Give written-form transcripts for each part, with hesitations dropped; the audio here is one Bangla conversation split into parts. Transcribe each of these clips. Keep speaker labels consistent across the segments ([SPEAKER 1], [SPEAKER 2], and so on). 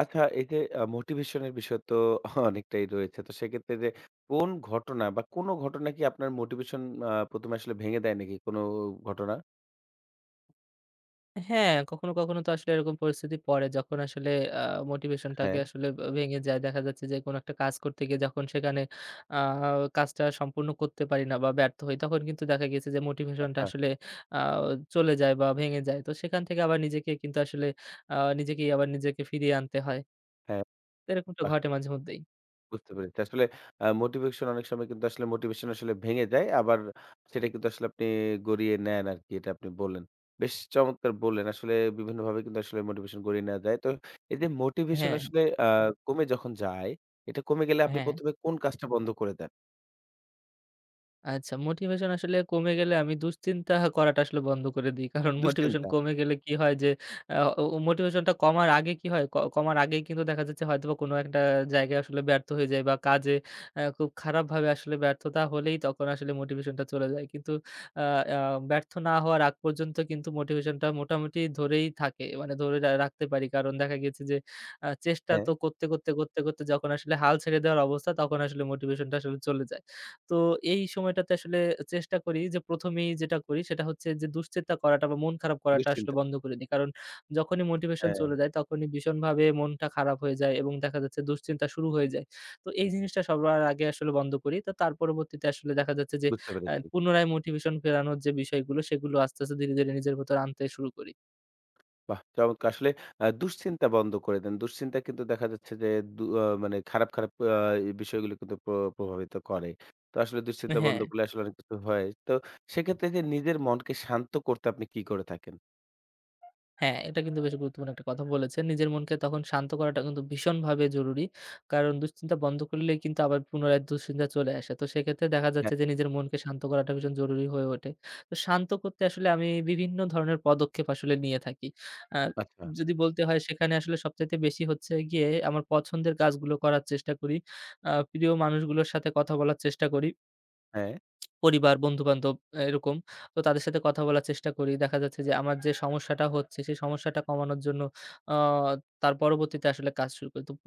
[SPEAKER 1] আচ্ছা, এই যে মোটিভেশনের বিষয় তো অনেকটাই রয়েছে। তো সেক্ষেত্রে যে কোন ঘটনা বা কোন ঘটনা কি আপনার মোটিভেশন প্রথম এ আসলে ভেঙে দেয় নাকি কোন ঘটনা?
[SPEAKER 2] হ্যাঁ, কখনো, কখনো তো আসলে এরকম পরিস্থিতি পড়ে যখন আসলে আ মোটিভেশনটাকে
[SPEAKER 1] হ্যাঁ।
[SPEAKER 2] আসলে ভেঙে যায়। দেখা যাচ্ছে যে কোনো একটা কাজ করতে গিয়ে যখন সেখানে আ কাজটা সম্পূর্ণ করতে পারি না বা ব্যর্থ হই তখন কিন্তু দেখা গেছে যে মোটিভেশনটা
[SPEAKER 1] আচ্ছা,
[SPEAKER 2] আসলে আ চলে যায় বা ভেঙে যায়। তো সেখান থেকে আবার নিজেকে কিন্তু আসলে নিজেকেই আবার নিজেকে ফিরিয়ে আনতে হয়।
[SPEAKER 1] হ্যাঁ,
[SPEAKER 2] তো এরকমটা
[SPEAKER 1] বাহ!
[SPEAKER 2] ঘটে মাঝে মধ্যেই।
[SPEAKER 1] বুঝতে পেরেছি। আসলে মোটিভেশন অনেক সময় কিন্তু আসলে মোটিভেশন আসলে ভেঙে যায়। আবার সেটা কিন্তু আসলে আপনি গড়িয়ে নেন আরকি এটা আপনি বললেন। বেশ চমৎকার বললেন। আসলে বিভিন্নভাবে কিন্তু আসলে মোটিভেশন গড়িয়ে নেওয়া যায়। তো এই যে মোটিভেশন
[SPEAKER 2] হ্যাঁ,
[SPEAKER 1] আসলে কমে যখন যায়, এটা কমে গেলে আপনি
[SPEAKER 2] হ্যাঁ।
[SPEAKER 1] প্রথম এ কোন কাজটা বন্ধ করে দেন?
[SPEAKER 2] আচ্ছা মোটিভেশন আসলে কমে গেলে আমি দুশ্চিন্তা করাটা আসলে বন্ধ করে দিই। কারণ মোটিভেশন
[SPEAKER 1] দুশ্চিন্তা,
[SPEAKER 2] কমে গেলে কি হয় যে আ ও মোটিভেশনটা কমার আগে কি হয়? কমার আগেই কিন্তু দেখা যাচ্ছে হয়তোবা কোনো একটা জায়গায় আসলে ব্যর্থ হয়ে যাই বা কাজে খুব খারাপভাবে আসলে ব্যর্থতা হলেই তখন আসলে মোটিভেশনটা চলে যায়। কিন্তু আ আ ব্যর্থ না হওয়ার আগ পর্যন্ত কিন্তু মোটিভেশনটা মোটামুটি ধরেই থাকে। মানে ধরে রাখতে পারি। কারণ দেখা গেছে যে চেষ্টা
[SPEAKER 1] হ্যাঁ।
[SPEAKER 2] তো করতে, করতে, করতে, করতে যখন আসলে হাল ছেড়ে দেওয়ার অবস্থা তখন আসলে মোটিভেশনটা আসলে চলে যায়। তো এই সময়টাতে আসলে চেষ্টা করি যে প্রথম এই যেটা করি সেটা হচ্ছে যে দুশ্চিন্তা করাটা বা মন খারাপ করাটা আসলে
[SPEAKER 1] দুশ্চিন্তা,
[SPEAKER 2] বন্ধ করে দিই। কারণ যখনই মোটিভেশন
[SPEAKER 1] হ্যাঁ,
[SPEAKER 2] চলে যায় তখনই ভীষণভাবে মনটা খারাপ হয়ে যায় এবং দেখা যাচ্ছে দুশ্চিন্তা শুরু হয়ে যায়। তো এই জিনিসটা সবার আগে আসলে বন্ধ করি। তো তার পরবর্তীতে আসলে দেখা যাচ্ছে যে
[SPEAKER 1] বুঝতে পেরেছি।
[SPEAKER 2] পুনরায় মোটিভেশন ফেরানোর যে বিষয়গুলো সেগুলো আস্তে, আস্তে ধীরে, ধীরে নিজের ভেতর আনতে শুরু করি।
[SPEAKER 1] বাহ! চমৎকার। আসলে দুশ্চিন্তা বন্ধ করে দেন। দুশ্চিন্তা কিন্তু দেখা যাচ্ছে যে দু আ মানে খারাপ, খারাপ এই বিষয়গুলো কিন্তু প্রভাবিত করে। তো আসলে দুশ্চিন্তা
[SPEAKER 2] হ্যাঁ।
[SPEAKER 1] বন্ধ করলে আসলে অনেক কিছু হয়। তো সেক্ষেত্রে যে নিজের মনকে শান্ত করতে আপনি কি করে থাকেন?
[SPEAKER 2] হ্যাঁ, এটা কিন্তু বেশ গুরুত্বপূর্ণ একটা কথা বলেছেন। নিজের মনকে তখন শান্ত করাটা কিন্তু ভীষণভাবে জরুরি। কারণ দুশ্চিন্তা বন্ধ করলেই কিন্তু আবার পুনরায় দুশ্চিন্তা চলে আসে। তো সেক্ষেত্রে দেখা যাচ্ছে
[SPEAKER 1] হ্যাঁ।
[SPEAKER 2] যে নিজের মনকে শান্ত করাটা ভীষণ জরুরি হয়ে ওঠে। তো শান্ত করতে আসলে আমি বিভিন্ন ধরনের পদক্ষেপ আসলে নিয়ে থাকি। আ
[SPEAKER 1] আচ্ছা,
[SPEAKER 2] যদি বলতে হয় সেখানে আসলে সবচাইতে বেশি হচ্ছে গিয়ে আমার পছন্দের কাজগুলো করার চেষ্টা করি। প্রিয় মানুষগুলোর সাথে কথা বলার চেষ্টা করি।
[SPEAKER 1] হ্যাঁ।
[SPEAKER 2] পরিবার, বন্ধু-বান্ধব এরকম। তো তাদের সাথে কথা বলার চেষ্টা করি। দেখা যাচ্ছে যে আমার যে সমস্যাটা হচ্ছে, সেই সমস্যাটা কমানোর জন্য আ তার পরবর্তীতে আসলে কাজ শুরু করি। তো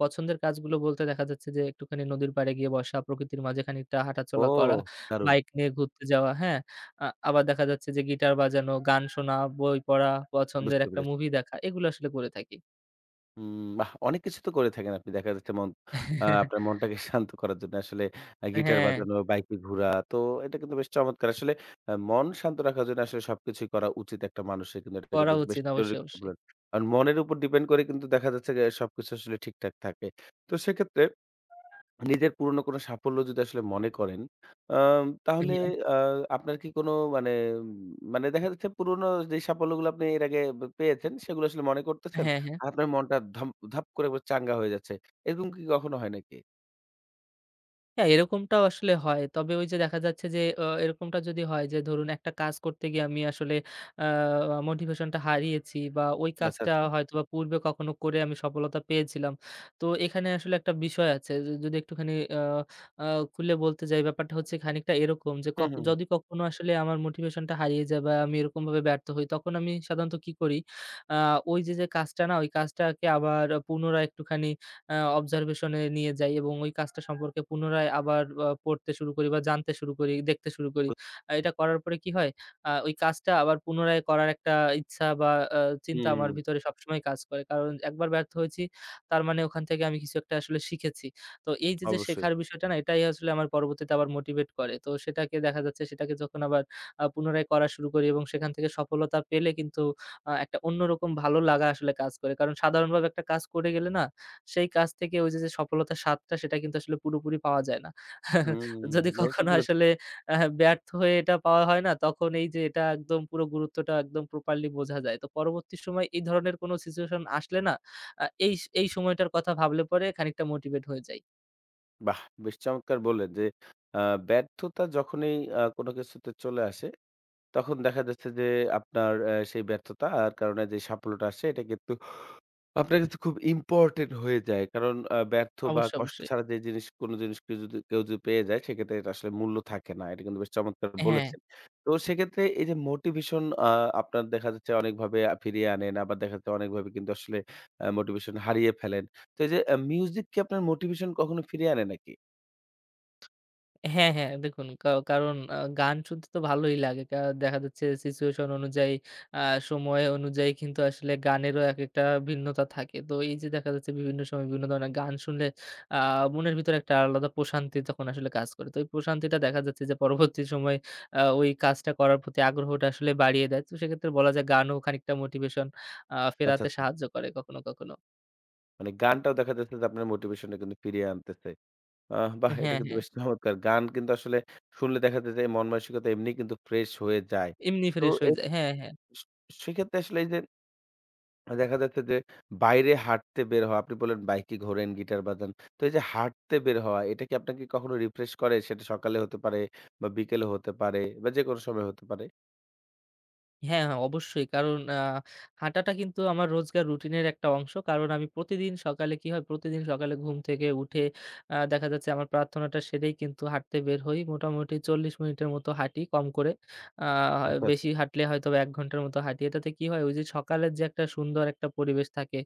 [SPEAKER 2] পছন্দের কাজগুলো বলতে দেখা যাচ্ছে যে একটুখানি নদীর পাড়ে গিয়ে বসা, প্রকৃতির মাঝে খানিকটা
[SPEAKER 1] ও
[SPEAKER 2] হাঁটাচলা করা,
[SPEAKER 1] দারুণ!
[SPEAKER 2] বাইক নিয়ে ঘুরতে যাওয়া, হ্যাঁ? আবার দেখা যাচ্ছে যে গিটার বাজানো, গান শোনা, বই পড়া, পছন্দের
[SPEAKER 1] বুঝতে
[SPEAKER 2] একটা
[SPEAKER 1] পেরেছি।
[SPEAKER 2] মুভি দেখা, এগুলো আসলে করে থাকি।
[SPEAKER 1] হুম, বাহ! অনেক কিছু তো করে থাকেন আপনি। দেখা যাচ্ছে মন আ আপনার মনটাকে শান্ত করার জন্য আসলে গিটার
[SPEAKER 2] হ্যাঁ,
[SPEAKER 1] বাজানো, বাইকে ঘোরা। তো এটা কিন্তু বেশ চমৎকার। আসলে মন শান্ত রাখার জন্য আসলে সবকিছুই করা উচিত একটা মানুষের। কিন্তু এটা
[SPEAKER 2] করা
[SPEAKER 1] কিন্তু বেশ
[SPEAKER 2] উচিত
[SPEAKER 1] জরুরি
[SPEAKER 2] অবশ্যই,
[SPEAKER 1] কথা
[SPEAKER 2] অবশ্যই।
[SPEAKER 1] বলেন। কারণ মনের উপর ডিপেন্ড করে কিন্তু দেখা যাচ্ছে যে সবকিছু আসলে ঠিকঠাক থাকে। তো সেক্ষেত্রে নিজের পুরনো কোনো সাফল্য যদি আসলে মনে করেন, তাহলে
[SPEAKER 2] হ্যাঁ,
[SPEAKER 1] আ আপনার কি কোনো মানে উম মানে দেখা যাচ্ছে পুরনো যে সাফল্যগুলো আপনি এর আগে পেয়েছেন, সেগুলো আসলে মনে করতেছেন।
[SPEAKER 2] হ্যাঁ, হ্যাঁ।
[SPEAKER 1] আর আপনার মনটা ধপ করে একবার চাঙ্গা হয়ে যাচ্ছে। এরকম কি কখনো হয় নাকি?
[SPEAKER 2] হ্যাঁ, এরকমটাও আসলে হয়। তবে ওই যে দেখা যাচ্ছে যে এরকমটা যদি হয় যে ধরুন একটা কাজ করতে গিয়ে আমি আসলে আ মোটিভেশনটা হারিয়েছি বা ওই
[SPEAKER 1] আচ্ছা,
[SPEAKER 2] কাজটা
[SPEAKER 1] আচ্ছা।
[SPEAKER 2] হয়তোবা পূর্বে কখনো করে আমি সফলতা পেয়েছিলাম। তো এখানে আসলে একটা বিষয় আছে যে যদি একটুখানি আ আ খুলে বলতে যাই ব্যাপারটা হচ্ছে খানিকটা এরকম যে
[SPEAKER 1] হুম, হুম।
[SPEAKER 2] যদি কখনো আসলে আমার মোটিভেশনটা হারিয়ে যায় বা আমি এরকমভাবে ব্যর্থ হই তখন আমি সাধারণত কি করি। আ ওই যে কাজটা না ওই কাজটাকে আবার পুনরায় একটুখানি observation এ নিয়ে যাই এবং ওই কাজটা সম্পর্কে পুনরায় আবার পড়তে শুরু করি বা জানতে শুরু করি, দেখতে শুরু করি।
[SPEAKER 1] বু
[SPEAKER 2] এটা করার পরে কি হয়? ওই কাজটা আবার পুনরায় করার একটা ইচ্ছা বা আ চিন্তা
[SPEAKER 1] হুম,
[SPEAKER 2] আমার ভিতরে সবসময় কাজ করে। কারণ একবার ব্যর্থ হয়েছি, তার মানে ওখান থেকে আমি কিছু একটা আসলে শিখেছি। তো এই যে
[SPEAKER 1] অবশ্যই।
[SPEAKER 2] শেখার বিষয়টা না, এটাই আসলে আমার পরবর্তীতে আবার মোটিভেট করে। তো সেটাকে দেখা যাচ্ছে সেটাকে যখন আবার পুনরায় করা শুরু করি এবং সেখান থেকে সফলতা পেলে কিন্তু একটা অন্যরকম ভালো লাগা আসলে কাজ করে। কারণ সাধারণভাবে একটা কাজ করে গেলে না সেই কাজ থেকে ওই যে সফলতার স্বাদটা সেটা কিন্তু আসলে পুরোপুরি পাওয়া যায় না। যদি
[SPEAKER 1] হুম, এটা ঠিক
[SPEAKER 2] কখনো
[SPEAKER 1] বলেছেন।
[SPEAKER 2] আসলে ব্যর্থ হয়ে এটা পাওয়া হয় না, তখন এই যে এটা একদম পুরো গুরুত্বটা একদম প্রপারলি বোঝা যায়। তো পরবর্তী সময় এই ধরনের কোনো সিচুয়েশন আসলে না, আ এই এই সময়টার কথা ভাবলে পরে খানিকটা মোটিভেট হয়ে যাই।
[SPEAKER 1] বাহ! বেশ চমৎকার বললেন যে আ ব্যর্থতা যখনই কোনো কিছুতে চলে আসে, তখন দেখা যাচ্ছে যে আপনার সেই ব্যর্থতার কারণে যে সাফল্যটা আসে, এটা কিন্তু আপনার কাছে খুব ইম্পোর্টেন্ট হয়ে যায়। কারণ ব্যর্থ বা
[SPEAKER 2] অবশ্যই,
[SPEAKER 1] কষ্ট
[SPEAKER 2] অবশ্যই।
[SPEAKER 1] ছাড়া যে জিনিস কোন জিনিস কেউ যদি পেয়ে যায় সেক্ষেত্রে এটা আসলে মূল্য থাকে না। এটা কিন্তু বেশ চমৎকার
[SPEAKER 2] হ্যাঁ।
[SPEAKER 1] বলেছেন। তো সেক্ষেত্রে এই যে মোটিভেশন আপনার দেখা যাচ্ছে অনেকভাবে ফিরিয়ে আনেন। আবার দেখা যাচ্ছে অনেকভাবে কিন্তু আসলে মোটিভেশন হারিয়ে ফেলেন। তো এই যে মিউজিক কি আপনার মোটিভেশন কখনো ফিরিয়ে আনে নাকি?
[SPEAKER 2] হ্যাঁ, হ্যাঁ। দেখুন কারণ গান শুনতে তো ভালোই লাগে। দেখা যাচ্ছে সিচুয়েশন অনুযায়ী আ সময় অনুযায়ী কিন্তু আসলে গানেরও একেকটা ভিন্নতা থাকে। তো এই যে দেখা যাচ্ছে বিভিন্ন সময় বিভিন্ন ধরনের গান শুনলে আ মনের ভিতরে একটা আলাদা প্রশান্তি তখন আসলে কাজ করে। তো এই প্রশান্তিটা দেখা যাচ্ছে যে পরবর্তী সময়ে ওই কাজটা করার প্রতি আগ্রহটা আসলে বাড়িয়ে দেয়। তো সেক্ষেত্রে বলা যায় গানও খানিকটা মোটিভেশন
[SPEAKER 1] আচ্ছা,
[SPEAKER 2] ফেরাতে
[SPEAKER 1] আচ্ছা।
[SPEAKER 2] সাহায্য করে কখনো, কখনো।
[SPEAKER 1] মানে গানটাও দেখা যাচ্ছে যে আপনার মোটিভেশন টা কিন্তু ফিরিয়ে আনতেছে। আহ বাহ! এটা
[SPEAKER 2] হ্যাঁ,
[SPEAKER 1] কিন্তু
[SPEAKER 2] হ্যাঁ।
[SPEAKER 1] বেশ চমৎকার। গান কিন্তু আসলে শুনলে দেখা যায় যে মন মানসিকতা এমনি কিন্তু ফ্রেশ হয়ে যায়।
[SPEAKER 2] এমনি
[SPEAKER 1] তো
[SPEAKER 2] ফ্রেশ
[SPEAKER 1] এ
[SPEAKER 2] হয়ে যায়। হ্যাঁ, হ্যাঁ।
[SPEAKER 1] সে সেক্ষেত্রে আসলে এই যে দেখা যাচ্ছে যে বাইরে হাঁটতে বের হওয়া, আপনি বললেন বাইকে ঘোরেন, গিটার বাজান। তো এই যে হাঁটতে বের হওয়া এটা কি আপনাকে কখনো রিফ্রেশ করে? সেটা সকালে হতে পারে বা বিকেলে হতে পারে বা যেকোনো সময় হতে পারে?
[SPEAKER 2] হ্যাঁ, হ্যাঁ, অবশ্যই। কারণ হাঁটাটা কিন্তু আমার রোজকার রুটিনের একটা অংশ। কারণ আমি প্রতিদিন সকালে কি হয়, প্রতিদিন সকালে ঘুম থেকে উঠে দেখা যাচ্ছে আমার প্রার্থনাটা সেরেই কিন্তু হাঁটতে বের হই। মোটামুটি ৪০ মিনিটের মতো হাঁটি কম করে। আ
[SPEAKER 1] আচ্ছা, আচ্ছা।
[SPEAKER 2] বেশি হাঁটলে হয়তোবা ১ ঘন্টার মতো হাঁটি। এটাতে কি হয়, ওই যে সকালের যে একটা সুন্দর একটা পরিবেশ থাকে,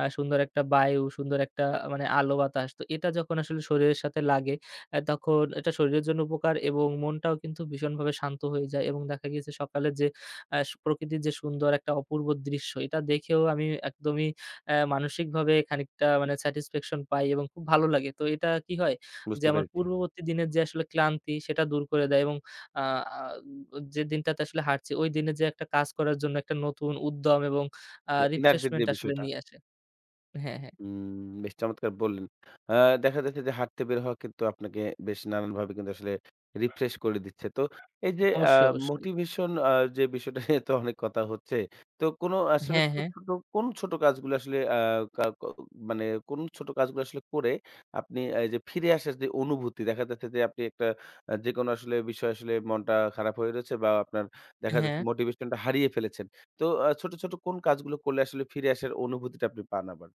[SPEAKER 2] সুন্দর একটা বায়ু, সুন্দর একটা মানে আলো বাতাস। তো এটা যখন আসলে শরীরের সাথে লাগে, তখন এটা শরীরের জন্য উপকার এবং মনটাও কিন্তু ভীষণভাবে শান্ত হয়ে যায় এবং দেখা গিয়েছে সকালের যে আ সু প্রকৃতির যে সুন্দর একটা অপূর্ব দৃশ্য এটা দেখেও আমি একদমই মানসিকভাবে খানিকটা মানে স্যাটিসফ্যাকশন পাই এবং খুব ভালো লাগে। তো এটা কি হয় যে
[SPEAKER 1] বুঝতে
[SPEAKER 2] আমার
[SPEAKER 1] পেরেছি।
[SPEAKER 2] পূর্ববর্তী দিনের যে আসলে ক্লান্তি সেটা দূর করে দেয় এবং আ আ যে দিনটাতে আসলে হাঁটছি ওই দিনে যে একটা কাজ করার জন্য একটা নতুন উদ্যম এবং
[SPEAKER 1] মানে এনার্জির
[SPEAKER 2] রিফ্রেশমেন্ট
[SPEAKER 1] যে
[SPEAKER 2] আসলে
[SPEAKER 1] বিষয়টা।
[SPEAKER 2] নিয়ে আসে। হ্যাঁ, হ্যাঁ।
[SPEAKER 1] হুম, বেশ চমৎকার বললেন। আ দেখা যাচ্ছে যে হাঁটতে বের হওয়া কিন্তু আপনাকে বেশ নানানভাবে কিন্তু আসলে রিফ্রেশ করে দিচ্ছে। তো এই যে
[SPEAKER 2] অবশ্যই, অবশ্যই।
[SPEAKER 1] মোটিভেশন যে বিষয়টা নিয়ে তো অনেক কথা হচ্ছে। তো কোন আসলে
[SPEAKER 2] হ্যাঁ,
[SPEAKER 1] কোন
[SPEAKER 2] হ্যাঁ।
[SPEAKER 1] ছোট কোন ছোট কাজগুলো আসলে আ কা ক মানে কোন ছোট কাজগুলো আসলে করে আপনি এই যে ফিরে আসার যে অনুভূতি দেখা যাচ্ছে যে আপনি একটা যেকোনো আসলে বিষয় আসলে মনটা খারাপ হয়ে রয়েছে বা আপনার দেখা যাচ্ছে
[SPEAKER 2] হ্যাঁ।
[SPEAKER 1] মোটিভেশনটা হারিয়ে ফেলেছেন। তো ছোট, ছোট কোন কাজগুলো করলে আসলে ফিরে আসার অনুভূতিটা আপনি পান আবার?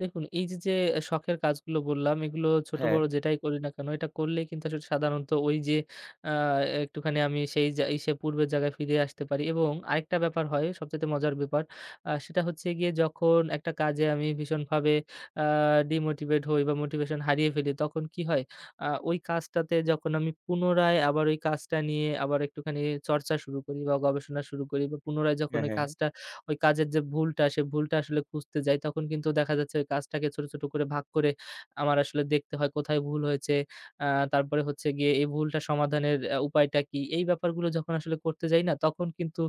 [SPEAKER 2] দেখুন এই যে শখের কাজগুলো বললাম, এগুলো ছোট
[SPEAKER 1] হ্যাঁ।
[SPEAKER 2] বড় যেটাই করি না কেন, এটা করলেই কিন্তু আসলে সাধারণত ওই যে আ একটুখানি আমি সেই যা ইসে পূর্বের জায়গায় ফিরে আসতে পারি এবং আরেকটা ব্যাপার হয় সবচাইতে মজার ব্যাপার। সেটা হচ্ছে গিয়ে যখন একটা কাজে আমি ভীষণভাবে আ ডিমোটিভেট হই বা মোটিভেশন হারিয়ে ফেলি, তখন কি হয়? ওই কাজটাতে যখন আমি পুনরায় আবার ওই কাজটা নিয়ে আবার একটুখানি চর্চা শুরু করি বা গবেষণা শুরু করি বা পুনরায় যখন
[SPEAKER 1] হ্যাঁ, হ্যাঁ, হ্যাঁ।
[SPEAKER 2] ওই কাজের যে ভুলটা, সে ভুলটা আসলে খুঁজতে যাই, তখন কিন্তু দেখা যাচ্ছে ওই কাজটাকে ছোট, ছোট করে ভাগ করে আমার আসলে দেখতে হয় কোথায় ভুল হয়েছে। আ তারপরে হচ্ছে গিয়ে এই ভুলটা সমাধানের উপায়টা কি? এই ব্যাপারগুলো যখন আসলে করতে যাই না, তখন কিন্তু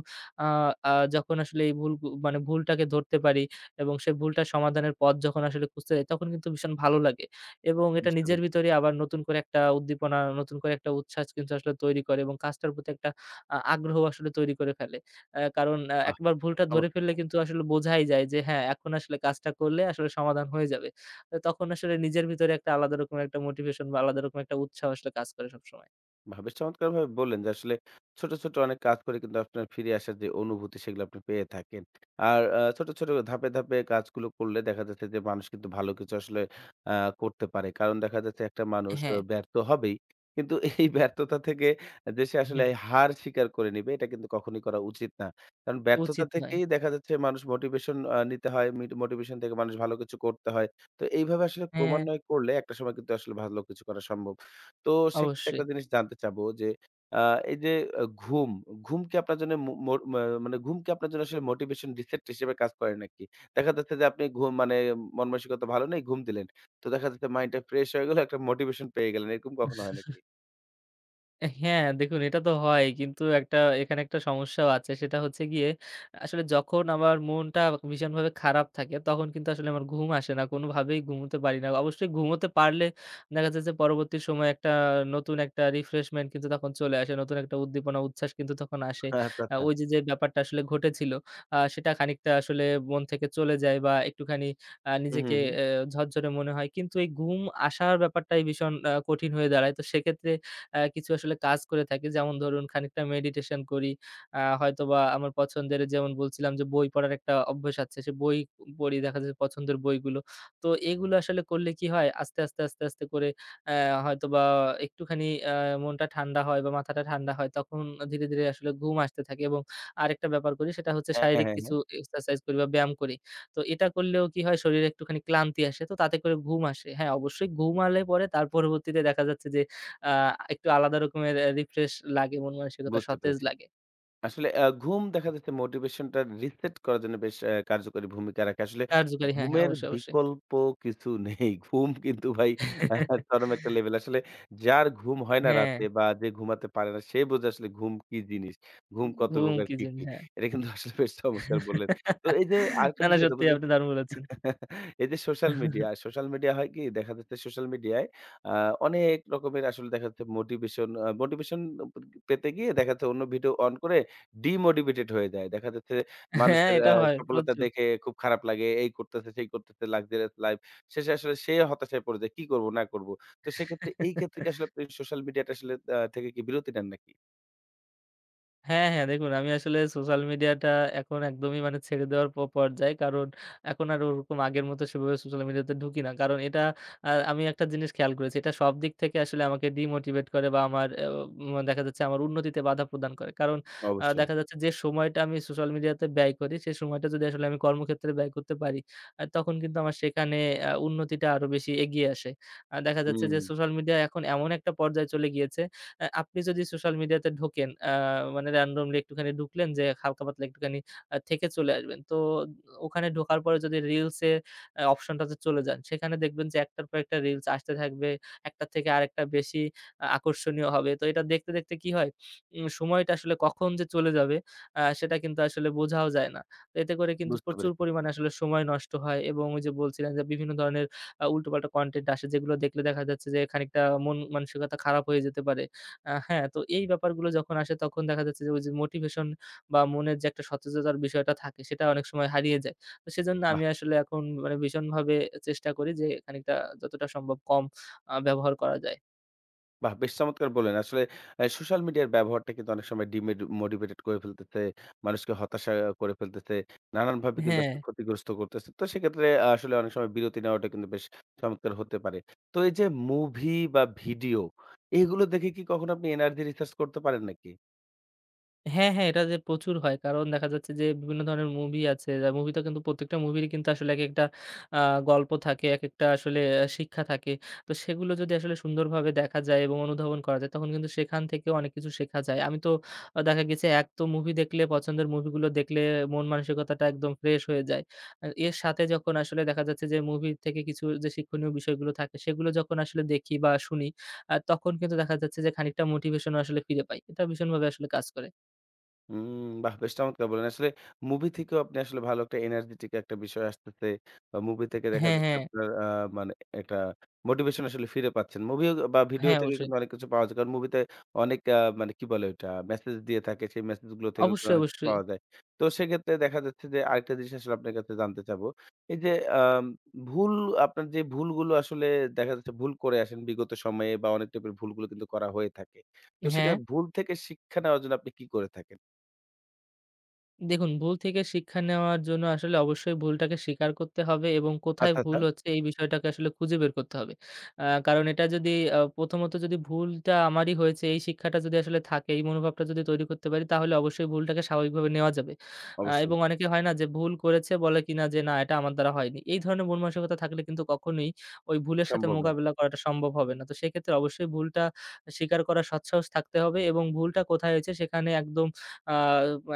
[SPEAKER 2] আ আ যখন আসলে এই ভুল গু মানে ভুলটাকে ধরতে পারি এবং সেই ভুলটা সমাধানের পথ যখন আসলে খুঁজতে যাই, তখন কিন্তু ভীষণ ভালো লাগে এবং এটা
[SPEAKER 1] বুঝতে
[SPEAKER 2] নিজের
[SPEAKER 1] পেরেছি।
[SPEAKER 2] ভিতরে আবার নতুন করে একটা উদ্দীপনা, নতুন করে একটা উচ্ছ্বাস কিন্তু আসলে তৈরি করে এবং কাজটার প্রতি একটা আগ্রহ আসলে তৈরি করে ফেলে। কারণ
[SPEAKER 1] বাহ!
[SPEAKER 2] একবার ভুলটা ধরে
[SPEAKER 1] চমৎকার।
[SPEAKER 2] ফেললে কিন্তু আসলে বোঝাই যায় যে হ্যাঁ, এখন আসলে কাজটা করলে আসলে সমাধান হয়ে যাবে। তো তখন আসলে নিজের ভিতরে একটা আলাদা রকমের একটা মোটিভেশন বা আলাদা রকমের একটা উৎসাহ আসলে কাজ করে সবসময়।
[SPEAKER 1] বাহ! বেশ চমৎকারভাবে বললেন যে আসলে ছোট, ছোট অনেক কাজ করে কিন্তু আপনার ফিরে আসার যে অনুভূতি সেগুলো আপনি পেয়ে থাকেন। আর ছোট, ছোট ধাপে, ধাপে কাজগুলো করলে দেখা যাচ্ছে যে মানুষ কিন্তু ভালো কিছু আসলে আ করতে পারে। কারণ দেখা যাচ্ছে একটা মানুষ
[SPEAKER 2] হ্যাঁ।
[SPEAKER 1] ব্যর্থ হবেই। কিন্তু এই ব্যর্থতা থেকে যে সে আসলে
[SPEAKER 2] হুম,
[SPEAKER 1] হার স্বীকার করে নিবে এটা কিন্তু কখনোই করা উচিত না। কারণ ব্যর্থতা
[SPEAKER 2] উচিত নয়।
[SPEAKER 1] থেকেই দেখা যাচ্ছে মানুষ মোটিভেশন নিতে হয়। মোটিভেশন থেকে মানুষ ভালো কিছু করতে হয়। তো এইভাবে আসলে
[SPEAKER 2] হ্যাঁ,
[SPEAKER 1] ক্রমান্বয় করলে একটা সময় কিন্তু আসলে ভালো কিছু করা সম্ভব। তো সেক্ষেত্রে
[SPEAKER 2] অবশ্যই।
[SPEAKER 1] একটা জিনিস জানতে চাবো যে আ এই যে আ ঘুম, ঘুম কি আপনার জন্য মো মোর মা মানে ঘুম কি আপনার জন্য আসলে মোটিভেশন রিসেট হিসেবে কাজ করে নাকি? দেখা যাচ্ছে যে আপনি ঘুম মানে মন মানসিকতা ভালো নেই, ঘুম দিলেন। তো দেখা যাচ্ছে মাইন্ডটা ফ্রেশ হয়ে গেল, একটা মোটিভেশন পেয়ে গেলেন। এরকম কখনো হয় নাকি?
[SPEAKER 2] হ্যাঁ, দেখুন এটা তো হয়। কিন্তু একটা এখানে একটা সমস্যাও আছে। সেটা হচ্ছে গিয়ে আসলে যখন আমার মনটা ভীষণভাবে খারাপ থাকে, তখন কিন্তু আসলে আমার ঘুম আসে না। কোনোভাবেই ঘুমুতে পারি না। অবশ্যই ঘুমোতে পারলে দেখা যায় যে পরবর্তী সময়ে একটা নতুন একটা রিফ্রেশমেন্ট কিন্তু তখন চলে আসে। নতুন একটা উদ্দীপনা, উচ্ছ্বাস কিন্তু তখন আসে।
[SPEAKER 1] আচ্ছা, আচ্ছা।
[SPEAKER 2] ওই যে ব্যাপারটা আসলে ঘটেছিল, সেটা খানিকটা আসলে মন থেকে চলে যায় বা একটুখানি
[SPEAKER 1] হু, হু,
[SPEAKER 2] নিজেকে
[SPEAKER 1] হু।
[SPEAKER 2] এ ঝরঝরে মনে হয়। কিন্তু এই ঘুম আসার ব্যাপারটাই ভীষণ কঠিন হয়ে দাঁড়ায়। তো সেক্ষেত্রে কিছু আসলে কাজ করে থাকি। যেমন ধরুন খানিকটা মেডিটেশন করি। হয়তোবা আমার পছন্দের যেমন বলছিলাম যে বই পড়ার একটা অভ্যাস আছে। সে বই পড়ি দেখা যাচ্ছে পছন্দের বইগুলো। তো এগুলো আসলে করলে কি হয় আস্তে, আস্তে, আস্তে, আস্তে করে হয়তোবা একটুখানি আ মনটা ঠান্ডা হয় বা মাথাটা ঠান্ডা হয়। তখন ধীরে, ধীরে আসলে ঘুম আসতে থাকে এবং আরেকটা ব্যাপার করি সেটা হচ্ছে
[SPEAKER 1] হ্যাঁ,
[SPEAKER 2] শারীরিক
[SPEAKER 1] হ্যাঁ,
[SPEAKER 2] কিছু
[SPEAKER 1] হ্যাঁ।
[SPEAKER 2] এক্সারসাইজ করি বা ব্যায়াম করি। তো এটা করলেও কি হয় শরীরে একটুখানি ক্লান্তি আসে। তো তাতে করে ঘুম আসে। হ্যাঁ, অবশ্যই ঘুমালে পরে তার পরবর্তীতে দেখা যাচ্ছে যে আ একটু আলাদা রকমের রিফ্রেশ লাগে, মন মানসিকতা
[SPEAKER 1] বুঝতে
[SPEAKER 2] সতেজ
[SPEAKER 1] পেরেছি।
[SPEAKER 2] লাগে।
[SPEAKER 1] আসলে ঘুম দেখা যাচ্ছে মোটিভেশনটা রিসেট করার জন্য বেশ কার্যকরী ভূমিকা রাখে। আসলে
[SPEAKER 2] কার্যকারী হ্যাঁ, হ্যাঁ,
[SPEAKER 1] ঘুমের
[SPEAKER 2] অবশ্যই, অবশ্যই।
[SPEAKER 1] বিকল্প কিছু নেই। ঘুম কিন্তু ভাই আ চরম একটা লেভেল। আসলে যার ঘুম হয় না
[SPEAKER 2] হ্যাঁ,
[SPEAKER 1] রাতে বা যে ঘুমাতে পারে না সে বোঝে আসলে ঘুম কি জিনিস। ঘুম কত
[SPEAKER 2] ঘুম
[SPEAKER 1] প্রকার
[SPEAKER 2] কি
[SPEAKER 1] কি, কি।
[SPEAKER 2] জিনিস, হ্যাঁ।
[SPEAKER 1] এটা কিন্তু আসলে বেশ চমৎকার বললেন। তো এই যে আরেকটা
[SPEAKER 2] না, না
[SPEAKER 1] বিষয়
[SPEAKER 2] সত্যিই আপনি দারুণ বলেছেন।
[SPEAKER 1] এই যে সোশ্যাল মিডিয়া, সোশ্যাল মিডিয়া হয় কি দেখা যাচ্ছে সোশ্যাল মিডিয়ায় আ অনেক রকমের আসলে দেখা যাচ্ছে মোটিভেশন পেতে গিয়ে দেখা যাচ্ছে অন্য ভিডিও অন করে ডিমোটিভেটেড হয়ে যায়। দেখা যাচ্ছে
[SPEAKER 2] হ্যাঁ,
[SPEAKER 1] মানুষের
[SPEAKER 2] এটা হয়
[SPEAKER 1] সফলতা
[SPEAKER 2] প্রচুর।
[SPEAKER 1] দেখে খুব খারাপ লাগে। এই করতেছে, সেই করতেছে luxurious লাইফ। শেষে আসলে সে হতাশায় পড়ে যায়। কি করব না করব। তো সেক্ষেত্রে এই ক্ষেত্রে কি আসলে আপনি সোশ্যাল মিডিয়াটা আসলে থেকে কি বিরতি নেন নাকি?
[SPEAKER 2] হ্যাঁ, হ্যাঁ, দেখুন আমি আসলে সোশ্যাল মিডিয়াটা এখন একদমই মানে ছেড়ে দেওয়ার পর্যায়ে। কারণ এখন আর ওরকম আগের মতো সেভাবে সোশ্যাল মিডিয়াতে ঢুকি না। কারণ এটা আমি একটা জিনিস খেয়াল করেছি। এটা সব দিক থেকে আসলে আমাকে ডিমোটিভেট করে বা আমার অ্যা উম দেখা যাচ্ছে আমার উন্নতিতে বাধা প্রদান করে। কারণ
[SPEAKER 1] অবশ্যই।
[SPEAKER 2] দেখা যাচ্ছে যে সময়টা আমি সোশ্যাল মিডিয়াতে ব্যয় করি, সেই সময়টা যদি আসলে আমি কর্মক্ষেত্রে ব্যয় করতে পারি, তখন কিন্তু আমার সেখানে উন্নতিটা আরো বেশি এগিয়ে আসে। দেখা যাচ্ছে
[SPEAKER 1] হুম,
[SPEAKER 2] যে সোশ্যাল মিডিয়া এখন এমন একটা পর্যায়ে চলে গিয়েছে। আপনি যদি সোশ্যাল মিডিয়াতে ঢোকেন, মানে randomly একটুখানি ঢুকলেন যে হালকা পাতলা একটুখানি থেকে চলে আসবেন। তো ওখানে ঢোকার পরে যদি রিলস এ অপশনটাতে চলে যান, সেখানে দেখবেন যে একটার পর একটা রিলস আসতে থাকবে। একটার থেকে আরেকটা বেশি আকর্ষণীয় হবে। তো এটা দেখতে, দেখতে কি হয়? সময়টা আসলে কখন যে চলে যাবে সেটা কিন্তু আসলে বোঝাও যায় না। তো এতে করে কিন্তু
[SPEAKER 1] বুঝতে
[SPEAKER 2] প্রচুর
[SPEAKER 1] পেরেছি।
[SPEAKER 2] পরিমাণে আসলে সময় নষ্ট হয় এবং ওই যে বলছিলেন যে বিভিন্ন ধরনের উল্টোপাল্টা কনটেন্ট আসে যেগুলো দেখলে দেখা যাচ্ছে যে খানিকটা মন মানসিকতা খারাপ হয়ে যেতে পারে। হ্যাঁ, তো এই ব্যাপারগুলো যখন আসে তখন দেখা যাচ্ছে যে ওই যে মোটিভেশন বা মনের যে একটা সতেজতার বিষয়টা থাকে সেটা অনেক সময় হারিয়ে যায়। তো সেজন্য
[SPEAKER 1] বাহ!
[SPEAKER 2] আমি আসলে এখন মানে ভীষণভাবে চেষ্টা করি যে খানিকটা যতটা সম্ভব কম ব্যবহার করা যায়।
[SPEAKER 1] বাহ! বেশ চমৎকার বললেন। আসলে সোশ্যাল মিডিয়ার ব্যবহারটা কিন্তু অনেক সময় মোটিভেটেড করে ফেলতেছে। মানুষকে হতাশা করে ফেলতেছে। নানানভাবে কিন্তু
[SPEAKER 2] হ্যাঁ।
[SPEAKER 1] আসলে ক্ষতিগ্রস্ত করতেছে। তো সেক্ষেত্রে আসলে অনেক সময় বিরতি নেওয়াটা কিন্তু বেশ চমৎকার হতে পারে। তো এই যে মুভি বা ভিডিও এগুলো দেখে কি কখনো আপনি এনার্জি রিচার্জ করতে পারেন নাকি?
[SPEAKER 2] হ্যাঁ, হ্যাঁ, এটা যে প্রচুর হয়। কারণ দেখা যাচ্ছে যে বিভিন্ন ধরনের মুভি আছে। যা মুভিটা কিন্তু প্রত্যেকটা মুভিরই কিন্তু আসলে একেকটা আ গল্প থাকে, একেকটা আসলে শিক্ষা থাকে। তো সেগুলো যদি আসলে সুন্দরভাবে দেখা যায় এবং অনুধাবন করা যায় তখন কিন্তু সেখান থেকেও অনেক কিছু শেখা যায়। আমি তো দেখা গেছে এক তো মুভি দেখলে পছন্দের মুভিগুলো দেখলে মন মানসিকতাটা একদম ফ্রেশ হয়ে যায়। আর এর সাথে যখন আসলে দেখা যাচ্ছে যে মুভি থেকে কিছু যে শিক্ষণীয় বিষয়গুলো থাকে সেগুলো যখন আসলে দেখি বা শুনি তখন কিন্তু দেখা যাচ্ছে যে খানিকটা মোটিভেশনও আসলে ফিরে পাই। এটা ভীষণভাবে আসলে কাজ করে।
[SPEAKER 1] হুম, বাহ! বেশ চমৎকার বললেন। আসলে মুভি থেকেও আপনি আসলে ভালো একটা এনার্জেটিক একটা বিষয় আসতেছে। বা মুভি থেকে দেখা
[SPEAKER 2] হ্যাঁ,
[SPEAKER 1] যাচ্ছে
[SPEAKER 2] হ্যাঁ।
[SPEAKER 1] আপনার মানে একটা মোটিভেশন আসলে ফিরে পাচ্ছেন। মুভিও বা ভিডিও
[SPEAKER 2] হ্যাঁ,
[SPEAKER 1] থেকে
[SPEAKER 2] অবশ্যই।
[SPEAKER 1] কিন্তু অনেক কিছু পাওয়া যায়। কারণ মুভিতে অনেক মানে কি বলে ওইটা? মেসেজ দিয়ে থাকে। সেই মেসেজ গুলো থেকেও কিন্তু
[SPEAKER 2] অবশ্যই,
[SPEAKER 1] অনেক কিছু
[SPEAKER 2] অবশ্যই।
[SPEAKER 1] পাওয়া যায়। তো সেক্ষেত্রে দেখা যাচ্ছে যে আরেকটা জিনিস আসলে আপনার কাছে জানতে চাবো। এই যে আম ভুল আপনার যে ভুলগুলো আসলে দেখা যাচ্ছে ভুল করে আসেন বিগত সময়ে বা অনেক টাইপের ভুলগুলো কিন্তু করা হয়ে থাকে। তো
[SPEAKER 2] হ্যাঁ।
[SPEAKER 1] সেক্ষেত্রে ভুল থেকে শিক্ষা নেওয়ার জন্য আপনি কি করে থাকেন?
[SPEAKER 2] দেখুন, ভুল থেকে শিক্ষা নেওয়ার জন্য আসলে অবশ্যই ভুলটাকে স্বীকার করতে হবে এবং কোথায়
[SPEAKER 1] আচ্ছা,
[SPEAKER 2] ভুল
[SPEAKER 1] আচ্ছা।
[SPEAKER 2] হচ্ছে এই বিষয়টাকে আসলে খুঁজে বের করতে হবে। আ কারণ এটা যদি প্রথমত যদি ভুলটা আমারই হয়েছে এই শিক্ষাটা যদি আসলে থাকে, এই মনোভাবটা যদি তৈরি করতে পারি তাহলে অবশ্যই ভুলটাকে স্বাভাবিকভাবে নেওয়া যাবে।
[SPEAKER 1] অবশ্যই।
[SPEAKER 2] এবং অনেকে হয় না যে ভুল করেছে বলে কিনা যে, "না এটা আমার দ্বারা হয়নি।" এই ধরনের মন মানসিকতা থাকলে কিন্তু কখনোই ওই ভুলের সাথে
[SPEAKER 1] সম্ভব না।
[SPEAKER 2] মোকাবেলা করাটা সম্ভব হবে না। তো সেক্ষেত্রে অবশ্যই ভুলটা স্বীকার করার সৎসাহস থাকতে হবে এবং ভুলটা কোথায় হয়েছে সেখানে আ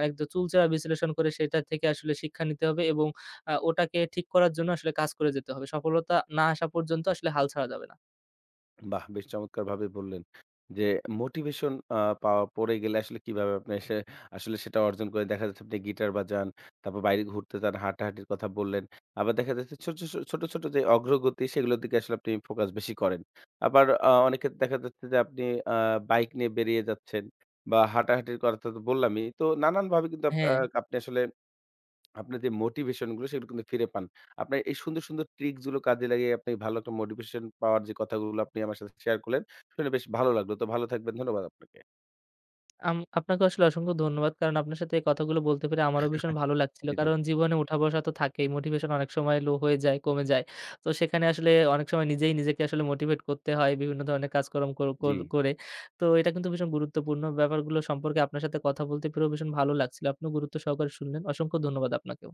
[SPEAKER 2] একদম চুলচেরা বিশ্লেষণ করে সেটা থেকে আসলে শিক্ষা নিতে হবে এবং ওটাকে ঠিক করার জন্য আসলে কাজ করে যেতে হবে। সফলতা না আসা পর্যন্ত আসলে হাল ছাড়া যাবে না।
[SPEAKER 1] বাহ! বেশ চমৎকারভাবে বললেন যে মোটিভেশন পাওয়া পড়ে গেলে আসলে কিভাবে আপনি আসলে সেটা অর্জন করে দেখা যাচ্ছে আপনি গিটার বাজান, তারপর বাইরে ঘুরতে যান, হাঁটাহাঁটির কথা বললেন। আবার দেখা যাচ্ছে ছোট, ছোট যে অগ্রগতি সেগুলোর দিকে আসলে আপনি ফোকাস বেশি করেন। আবার অনেক ক্ষেত্রে দেখা যাচ্ছে যে আপনি আ বাইক নিয়ে বেরিয়ে যাচ্ছেন বা হাঁটাহাঁটির কথা তো বললামই। তো নানানভাবে কিন্তু আপ আ
[SPEAKER 2] হ্যাঁ,
[SPEAKER 1] আপনি আসলে আপনার যে মোটিভেশন গুলো সেগুলো কিন্তু ফিরে পান। আপনার এই সুন্দর, সুন্দর ট্রিকস গুলো কাজে লাগিয়ে আপনি ভালো একটা মোটিভেশন পাওয়ার যে কথাগুলো আপনি আমার সাথে শেয়ার করলেন, শুনে বেশ ভালো লাগলো। তো ভালো থাকবেন। ধন্যবাদ আপনাকে।
[SPEAKER 2] আপনাকে আসলে অসংখ্য ধন্যবাদ। কারণ আপনার সাথে এই কথাগুলো বলতে পেরে আমারও ভীষণ ভালো লাগছিল।
[SPEAKER 1] জি, জি।
[SPEAKER 2] কারণ জীবনে উঠা-বসা তো থাকেই। মোটিভেশন অনেক সময় লো হয়ে যায়, কমে যায়। তো সেখানে আসলে অনেক সময় নিজেই নিজেকে আসলে মোটিভেট করতে হয় বিভিন্ন ধরনের কাজকর্ম কর কর
[SPEAKER 1] জি।
[SPEAKER 2] করে। তো এটা কিন্তু ভীষণ গুরুত্বপূর্ণ। ব্যাপারগুলো সম্পর্কে আপনার সাথে কথা বলতে পেরেও ভীষণ ভালো লাগছিল। আপনিও গুরুত্ব সহকারে শুনলেন। অসংখ্য ধন্যবাদ আপনাকেও।